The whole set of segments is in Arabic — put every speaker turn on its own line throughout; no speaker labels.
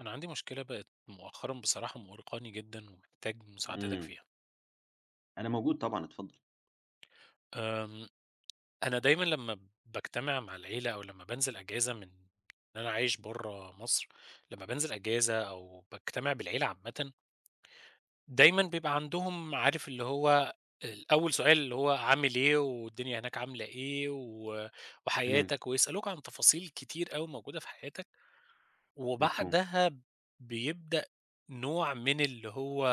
أنا عندي مشكلة بقت مؤخرًا بصراحة مؤرقاني جدًا ومحتاج مساعدتك
إمم.
فيها.
أنا موجود طبعًا، اتفضّل.
آمم، أنا دايمًا لمّا مع العيلة أو لمّا بانزل أجازة من إن أنا عايش برّه مصر، لمّا بانزل أجازة أو باجتمع بالعيلة عامةً، دايمًا بيبقى عندهم عارف اللي هو أول سؤال اللي هو عامل إيه والدنيا هناك عاملة إيه
تمام،
وحياتك، ويسألوك عن تفاصيل كتير أوي موجودة في حياتك،
مفهوم.
وبعدها بيبدأ نوع من اللي هو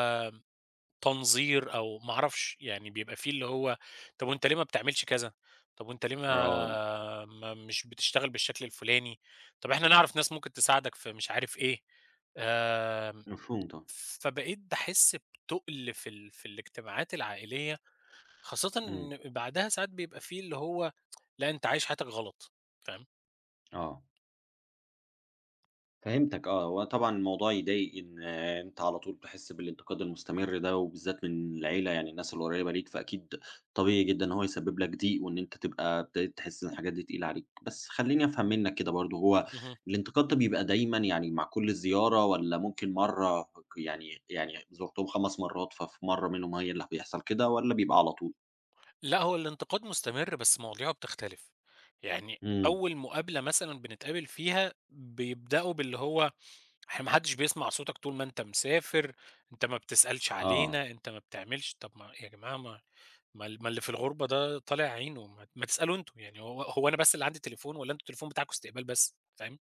تنظير أو ما أعرفش، يعني بيبقى في اللي هو طب وأنت ليه ما بتعملش كذا، طب وأنت ليه
آه،
ما مش بتشتغل بالشكل الفلاني، طب إحنا نعرف ناس ممكن تساعدك في مش عارف إيه، آمم،
مفهوم طبعًا.
فبقيت باحس بتُقل في الاجتماعات العائلية، خاصةً
إمم،
إن بعدها ساعات بيبقى في اللي هو لأ أنت عايش حياتك غلط، فاهم،
آه. فهمتك آه. هو طبعًا الموضوع يضايق إن أنت على طول بتحس بالانتقاد المستمر ده، وبالذات من العيلة، يعني الناس القريّبة ليك، فأكيد طبيعي جدًا إن هو يسبب لك ضيق، وإن أنت تبقى ابتديت تحس إن الحاجات دي تقيلة عليك. بس خلّيني أفهم منّك كده برضه، هو
اهم،
الانتقاد ده بيبقى دايمًا، يعني، مع كل زيارة، والّا ممكن مرّة؟ ك يعني يعني زُرتهم 5 مرّات، ففي مرّة منهم هي اللي بيحصل كده، والّا بيبقى على طول؟
لأ هو الانتقاد مستمر بس مواضيعه بتختلف، يعني
إمم،
أول مقابلة مثلًا بنتقابل فيها بيبدأوا باللي هو إحنا ما حدش بيسمع صوتك طول ما أنت مسافر، أنت ما بتسألش
آه.
علينا، أنت ما بتعملش طب ما يا جماعة ما اللي في الغربة ده طالع عينه، ما تسألوا أنتم، يعني هو أنا بس اللي عندي تليفون والّا أنتم التليفون بتاعكم استقبال بس، فاهم؟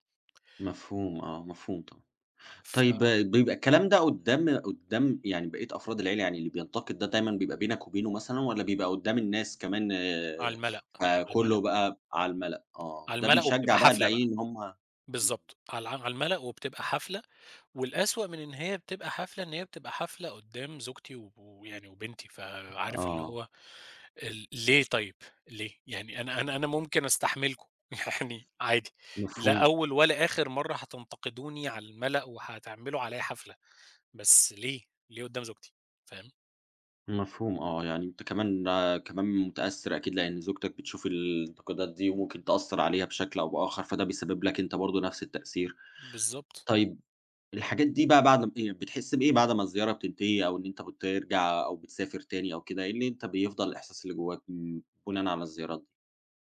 مفهوم آه، مفهوم طبعًا. طيب
فعلى
آه، بيبقى الكلام ده قدّام يعني بقية أفراد العيلة؟ يعني اللي بينتقد ده دايمًا بيبقى بينك وبينه مثلًا، والّا بيبقى قدّام الناس كمان، آه،
المَلأ، على المَلأ،
فكله بقى على المَلأ؟ آه،
على
وده
المَلأ
بيشجّع
وبتبقى
بقى
حفلة بقى،
الباقيين إن هم... إمم،
بالضبط، على المَلأ وبتبقى حفلة، والأسوأ من إن هي بتبقى حفلة، إن هي بتبقى حفلة قدّام زوجتي ويعني وبنتي، فعارف اللي
آه،
هو ليه طيب، ليه؟ يعني أنا ممكن أستحملكم يعني عادي، لا
مفهوم،
أول ولا آخر مرّة هتنتقدوني على الملأ وهتعملوا عليَّ حفلة، بس ليه، ليه قدّام زوجتي، فاهم؟
مفهوم آه، يعني أنت كمان متأثّر أكيد، لإن زوجتك بتشوف الانتقادات دي وممكن تأثّر عليها بشكل أو بآخر، فده بيسبب لك أنت برضه نفس التأثير.
بالضبط،
طيب، الحاجات دي بقى بعد م بتحس بإيه بعد ما الزيارة بتنتهي، أو إن أنت بترجع أو بتسافر تاني أو كده؟ إيه اللي أنت بيفضل الإحساس اللي جواك بناءً على الزيارات دي؟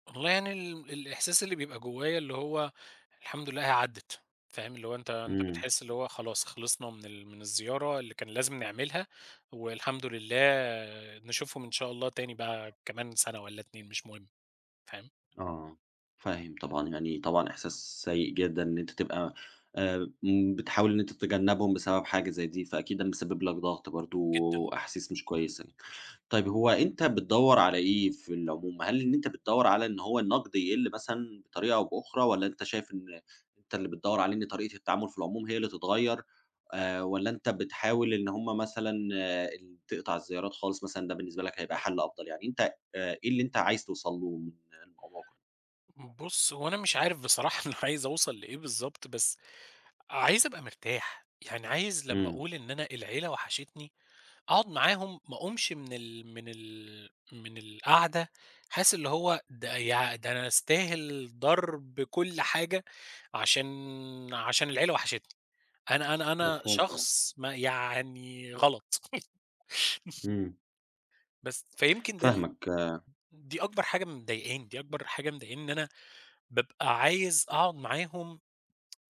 والله يعني الإحساس اللي بيبقى جوايا اللي هو الحمد لله هي عدِّت، فاهم؟ اللي هو أنت
إمم،
بتحس اللي هو خلاص خلصنا من الزيارة اللي كان لازم نعملها، والحمد لله نشوفهم إن شاء الله تاني بقى كمان سنة والّا 2 مش مهم، فاهم؟
آه، فاهم طبعًا، يعني طبعًا إحساس سيء جدًا إن أنت تبقى م بتحاول إن أنت تتجنبهم بسبب حاجة زي دي، فأكيد ده مسبب لك ضغط برضه
جدًا.
وأحاسيس مش كويسة. طيب، هو أنت بتدوّر على إيه في العموم؟ هل إن أنت بتدوّر على إن هو النقد يقِل مثلًا بطريقة أو بأخرى، والّا أنت شايف إن أنت اللي بتدوّر عليه إن طريقة التعامل في العموم هي اللي تتغيّر، والّا أنت بتحاول إن هم مثلًا، آه ال تقطع الزيارات خالص مثلًا، ده بالنسبة لك هيبقى حل أفضل؟ يعني أنت إيه اللي أنت عايز توصل له من الموضوع كُلّه؟
بُص، هو أنا مش عارف بصراحة أنا عايز أوصل لإيه بالضبط، بس عايز أبقى مرتاح، يعني عايز لمّا
إمم،
أقول إن أنا العيلة وحشتني، أقعد معاهم ما أقومش من القعدة حاسس اللي هو ده أنا أستاهل ضرب كل حاجة عشان عشان العيلة وحشتني، أنا
مفهوم طبعًا،
شخص ما يعني غلط
إمم،
بس فيمكن ده ال
فاهمك،
دي أكبر حاجة مضايقاني، دي أكبر حاجة مضايقاني إن أنا بابقى عايز أقعد معاهم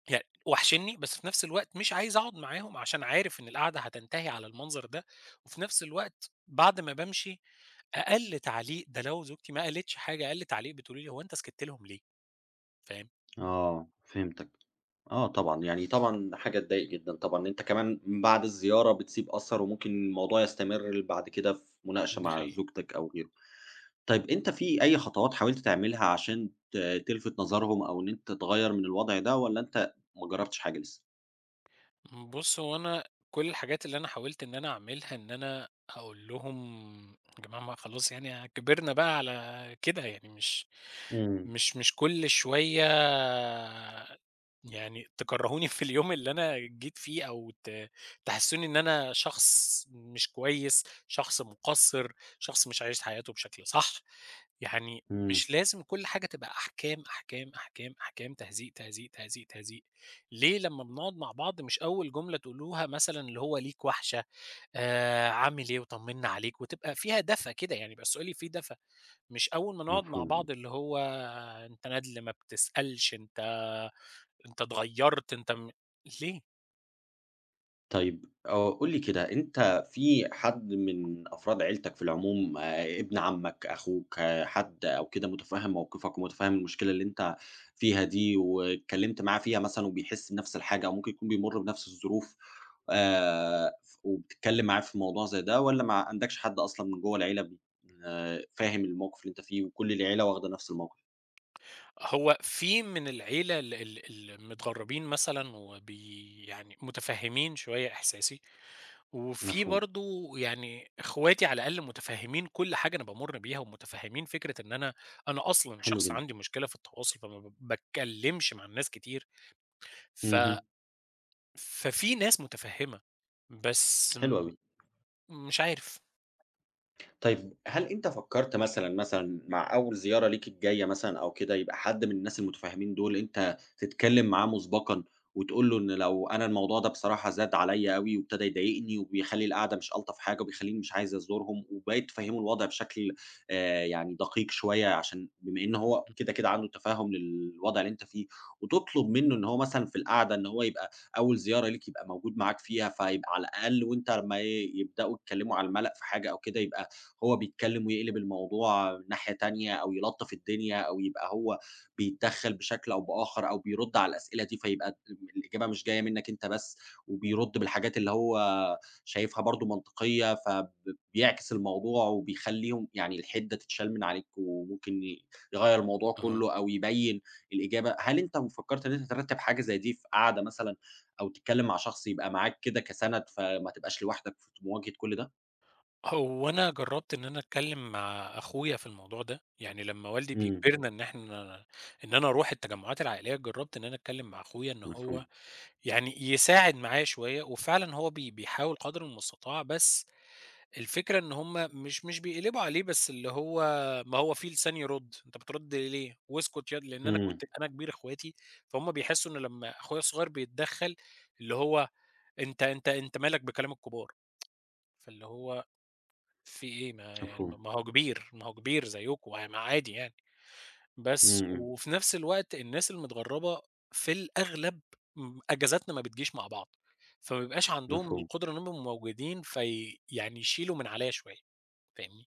يعني وحشني، بس في نفس الوقت مش عايز أقعد معاهم عشان عارف إن القعدة هتنتهي على المنظر ده، وفي نفس الوقت بعد ما بامشي أقل تعليق ده لو زوجتي ما قالتش حاجة، أقل تعليق بتقول لي: "هو أنت سكت لهم ليه؟"
آه، فهمتك. آه طبعًا، يعني طبعًا حاجة تضايق جدًا طبعًا، إن أنت كمان بعد الزيارة بتسيب أثر، وممكن الموضوع يستمر بعد كده في مناقشة مع
فاهم؟
زوجتك أو غيره. طيب، أنت في أي خطوات حاولت تعملها عشان تلفت نظرهم، أو إن أنت تغيّر من الوضع ده، والّا أنت ما جرّبتش حاجة لسه؟
بُص، هو أنا كل الحاجات اللي أنا حاولت إن أنا أعملها، إن أنا أقول لهم يا جماعة ما خلاص يعني كبرنا بقى على كده، يعني مش
إمم،
مش مش كل شوية يعني تكرّهوني في اليوم اللي أنا جيت فيه أو تحسّسوني إن أنا شخص مش كويس، شخص مقصّر، شخص مش عايش حياته بشكل صح، يعني
إمم،
مش لازم كل حاجة تبقى أحكام، أحكام، أحكام، أحكام، تهزيق، تهزيق، تهزيق، تهزيق. ليه لمّا بنقعد مع بعض مش أول جملة تقولوها مثلًا اللي هو ليك وحشة، عامل إيه وطمنا عليك، وتبقى فيها دفى كده يعني يبقى السؤال فيه دفى، مش أول ما نقعد مع
مفهوم.
بعض اللي هو أنت ندل ما بتسألش، أنت اتغيّرت، أنت ليه؟
طيب آه، قُل لي كده، أنت في حد من أفراد عيلتك في العموم، ابن عمك، أخوك، آه، حد أو كده مُتفهِّم موقفك ومُتفهِّم المشكلة اللي أنت فيها دي، واتكلمت معاه فيها مثلًا وبيحس بنفس الحاجة، أو ممكن يكون بيمُر بنفس الظروف، ف وبتتكلم معاه في موضوع زي ده، والّا ما عندكش حد أصلًا من جوّه العيلة ب فاهم الموقف اللي أنت فيه وكل العيلة واخدة نفس الموقف؟
هو في من العيلة ال ال المتغرّبين مثلًا وبي يعني متفهّمين شوية إحساسي. وفي
مفهوم،
برضه يعني إخواتي على الأقل متفهّمين كل حاجة أنا بامُر بيها، ومتفهّمين فكرة إن أنا أصلًا
حلو
شخص
جدًا،
عندي مشكلة في التواصل، فما باتكلّمش مع الناس كتير، ف
اهم.
ففي ناس متفهّمة، بس
حلو أوي.
م مش عارف.
طيب، هل أنت فكّرت مثلًا مع أول زيارة ليك الجاية مثلًا أو كده، يبقى حد من الناس المتفهمين دول أنت تتكلم معاه مسبقًا، وتقول له إن لو أنا الموضوع ده بصراحة زاد عليَّ أوي وابتدى يضايقني وبيخلّي القعدة مش ألطف حاجة وبيخلّيني مش عايز أزورهم، وبقيت تفهّمه الوضع بشكل يعني دقيق شوية، عشان بما إن هو كده، كده عنده تفهُّم للوضع اللي أنت فيه، وتطلب منه إن هو مثلًا في القعدة إن هو يبقى أول زيارة ليك يبقى موجود معاك فيها، فيبقى على الأقل وأنت لمّا يبدأوا يتكلموا على المَلَأ في حاجة أو كده، يبقى هو بيتكلم ويقلب الموضوع ناحية تانية، أو يلطّف الدنيا، أو يبقى هو بيتدخّل بشكل أو بآخر، أو بيرُد على الأسئلة دي، فيبقى الإجابة مش جاية منّك أنت بس، وبيرُد بالحاجات اللي هو شايفها برضه منطقية، بيعكس الموضوع وبيخلّيهم يعني الحِدّة تتشال من عليك، وممكن يغيّر الموضوع
أها.
كُلّه، أو يبيّن الإجابة. هل أنت فكّرت إن أنت ترتّب حاجة زي دي في قعدة مثلًا، أو تتكلّم مع شخص يبقى معاك كده كسَنَد، فما تبقاش لوحدك في مواجهة كل ده؟
هو أنا جرّبت إن أنا أتكلّم مع أخويا في الموضوع ده، يعني لمّا والدي
إمم،
بيجبرنا إن أنا أروح التجمُّعات العائلية، جرّبت إن أنا أتكلّم مع أخويا إن هو
مفهوم.
يعني يساعد معايا شوية، وفعلًا هو بيحاول قدر المستطاع، بس الفكرة إن هُم مش بيقلبوا عليه، بس اللي هو ما هو في لسان يرُد، أنت بترُد ليه؟ واسكت ياض لإن أنا
إمم،
كنت أنا كبير إخواتي، فهُم بيحسّوا إن لمّا أخويا الصغير بيتدخّل، اللي هو أنت مالك بكلام الكبار، فاللي هو في إيه ما يعني ما
مفهوم،
ما هو كبير، ما هو كبير زيّكم يعني ما عادي يعني، بس
إمم، إمم،
وفي نفس الوقت الناس المتغرّبة في الأغلب أجازاتنا ما بتجيش مع بعض، فما بيبقاش عندهم
مفهوم،
القدرة إنّهم يبقوا موجودين في يعني يشيلوا من عليّا شوية، فاهمني؟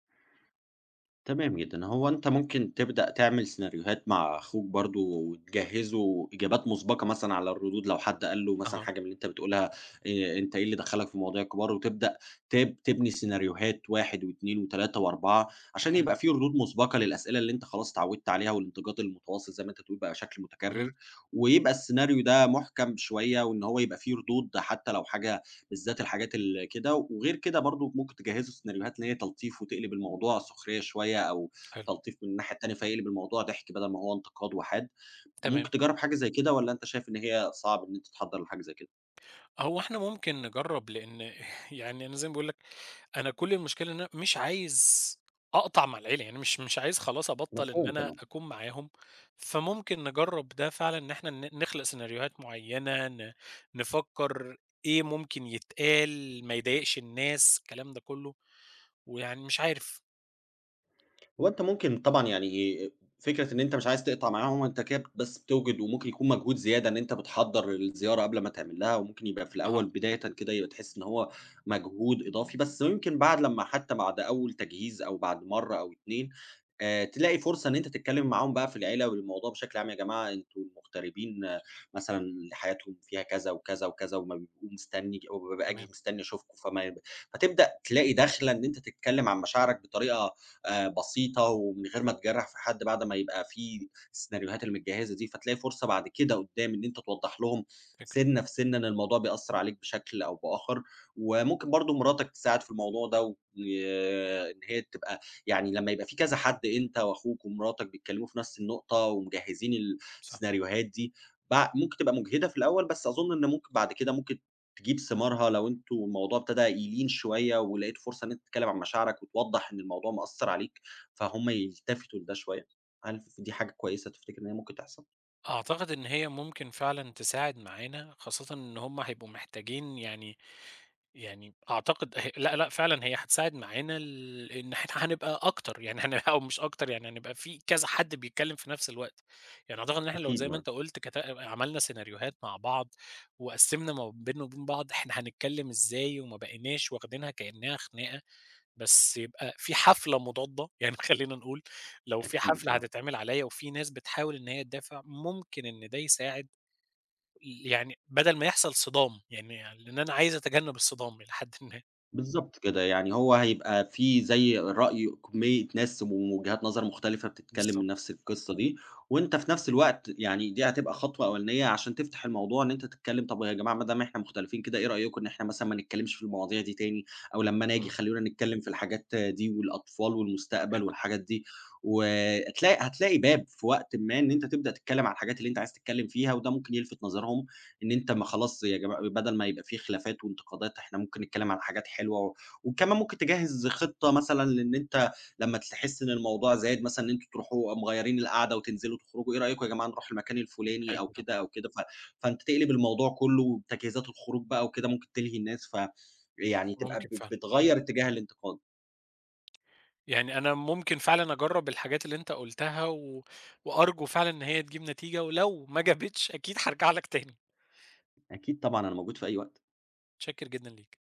تمام جدًا. هو أنت ممكن تبدأ تعمل سيناريوهات مع أخوك برضه وتجهّزه إجابات مسبقة مثلًا على الردود، لو حد قال له مثلًا
أها.
حاجة من اللي أنت بتقولها، أنت إيه اللي دخّلك في مواضيع الكبار، وتبدأ تبني سيناريوهات 1 و2 و3 و4 عشان
حلو،
يبقى في ردود مسبقة للأسئلة اللي أنت خلاص اتعودت عليها، والانتقاد المتواصل زي ما أنت بتقول بقى شكل
اهم،
متكرر، ويبقى السيناريو ده محكم شوية، وإن هو يبقى فيه ردود حتى لو حاجة، بالذات الحاجات اللي كده. وغير كده برضه ممكن تجهّزوا سيناريوهات إن هي تلطيف، وتقلب الموضوع سخرية شوية، أو
حلو،
تلطيف من الناحية التانية، فيقلب الموضوع ضحك بدل ما هو انتقاد وحاد. ممكن
تمام.
تجرّب حاجة زي كده، والّا أنت شايف إن هي صعب إن أنت تحضّر لحاجة زي كده؟
هو إحنا ممكن نجرّب لإن يعني أنا زي ما باقول لك، أنا كل المشكلة إن أنا مش عايز أقطع مع العيلة، يعني مش عايز خلاص أبطّل إن
مفهوم
أنا
طبعًا.
أكون معاهم، فممكن نجرّب ده فعلًا إن إحنا نخلق سيناريوهات معيّنة، نفكّر إيه ممكن يتقال ما يضايقش الناس، الكلام ده كُلّه، ويعني مش عارف.
هو أنت ممكن طبعًا يعني، فكرة إن أنت مش عايز تقطع معاهم، أنت كده بس بتوجِد، وممكن يكون مجهود زيادة إن أنت بتحضّر الزيارة قبل ما تعمل لها، وممكن يبقى في
أها،
الأول بدايةً كده يبقى تحس إن هو مجهود إضافي، بس يمكن بعد لمّا، حتى بعد أول تجهيز أو بعد مرّة أو 2، تلاقي فرصة إن أنت تتكلّم معاهم بقى في العيلة والموضوع بشكل عام: يا جماعة أنتم المغتربين، آه، مثلًا حياتهم فيها كذا وكذا وكذا، وما بيبقوا مستني وبابقى آجي
تمام،
مستني أشوفكم. فما ي فتبدأ تلاقي دَخلة إن أنت تتكلّم عن مشاعرك بطريقة بسيطة ومن غير ما تجرّح في حد، بعد ما يبقى في السيناريوهات اللي متجهّزة دي، فتلاقي فرصة بعد كده قدّام إن أنت توضّح لهم
فكرة،
سِنّة في سِنّة إن الموضوع بيأثّر عليك بشكل أو بآخر، وممكن برضه مراتك تساعد في الموضوع ده، و إن هي تبقى، يعني، لمّا يبقى في كذا حد، أنت وأخوك ومراتك، بيتكلّموا في نَفْس النقطة ومجهّزين
صح.
السيناريوهات دي، ممكن تبقى مُجهدة في الأول، بس أظُن إن ممكن بعد كده ممكن تجيب ثمارها، لو أنتم الموضوع ابتدى يلين شوية ولقيت فرصة إن أنت تتكلم عن مشاعرك وتوضّح إن الموضوع مأثّر عليك، فهُم يلتفتوا لده شوية. هل دي حاجة كويسة تفتكر إن هي ممكن تحصل؟
أعتقد إن هي ممكن فعلًا تساعد معانا، خاصةً إن هُم هيبقوا محتاجين يعني أعتقد لأ، لأ، فعلًا هي هتساعد معانا إن إحنا هنبقى أكتر، يعني هنبقى أو مش أكتر، يعني هنبقى في كذا حد بيتكلّم في نفس الوقت. يعني أعتقد إن إحنا لو
أكيد
زي ما
مر
أنت قُلت عملنا سيناريوهات مع بعض وقسّمنا ما بيننا وبين بعض إحنا هنتكلّم إزاي وما بقيناش واخدينها كإنّها خناقة، بس يبقى في حفلة مضادة، يعني خلّينا نقول لو في
أكيد،
حفلة
آه.
هتتعمل عليّا وفي ناس بتحاول إن هي تدافع، ممكن إن ده يساعد يعني بدل ما يحصل صدام، يعني لإن أنا عايز أتجنّب الصدام إلى حدٍ ما.
بالضبط كده، يعني هو هيبقى في زي رأي كمية ناس ووجهات نظر مختلفة بتتكلم من
بالضبط،
نفس القصة دي، وأنت في نفس الوقت، يعني، دي هتبقى خطوة أولانية عشان تفتح الموضوع إن أنت تتكلم: طب يا جماعة، ما دام إحنا مختلفين كده، إيه رأيكم إن إحنا مثلًا ما نتكلمش في المواضيع دي تاني، أو لمّا أنا آجي
إمم،
خلّونا نتكلم في الحاجات دي، والأطفال والمستقبل
حلو ده،
والحاجات دي. وهتلاقي باب في وقتٍ ما إن أنت تبدأ تتكلم على الحاجات اللي أنت عايز تتكلم فيها، وده ممكن يلفت نظرهم إن أنت، ما خلاص يا جماعة، بدل ما يبقى في خلافات وانتقادات، إحنا ممكن نتكلّم عن حاجات حلوة. وكمان ممكن تجهّز خطة مثلًا لإن أنت لمّا تحس إن الموضوع زاد مثلًا، إن أنتم تروحوا مغيّرين القعدة وتنزلوا تخرجوا: إيه رأيكم يا جماعة نروح المكان الفُلاني أو
حلو ده،
كده، أو كده؟ فأنت تقلب الموضوع كُلّه وتجهيزات الخروج بقى وكده ممكن تلهي الناس، يعني تبقى
ممكن فعلًا،
بتغيّر اتجاه الانتقاد.
يعني أنا ممكن فعلًا أجرّب الحاجات اللي أنت قُلتها وأرجو فعلًا إن هي تجيب نتيجة، ولو ما جابتش أكيد هارجع لك تاني،
أكيد طبعًا، أنا موجود في أي وقت.
متشكر جدًا ليك.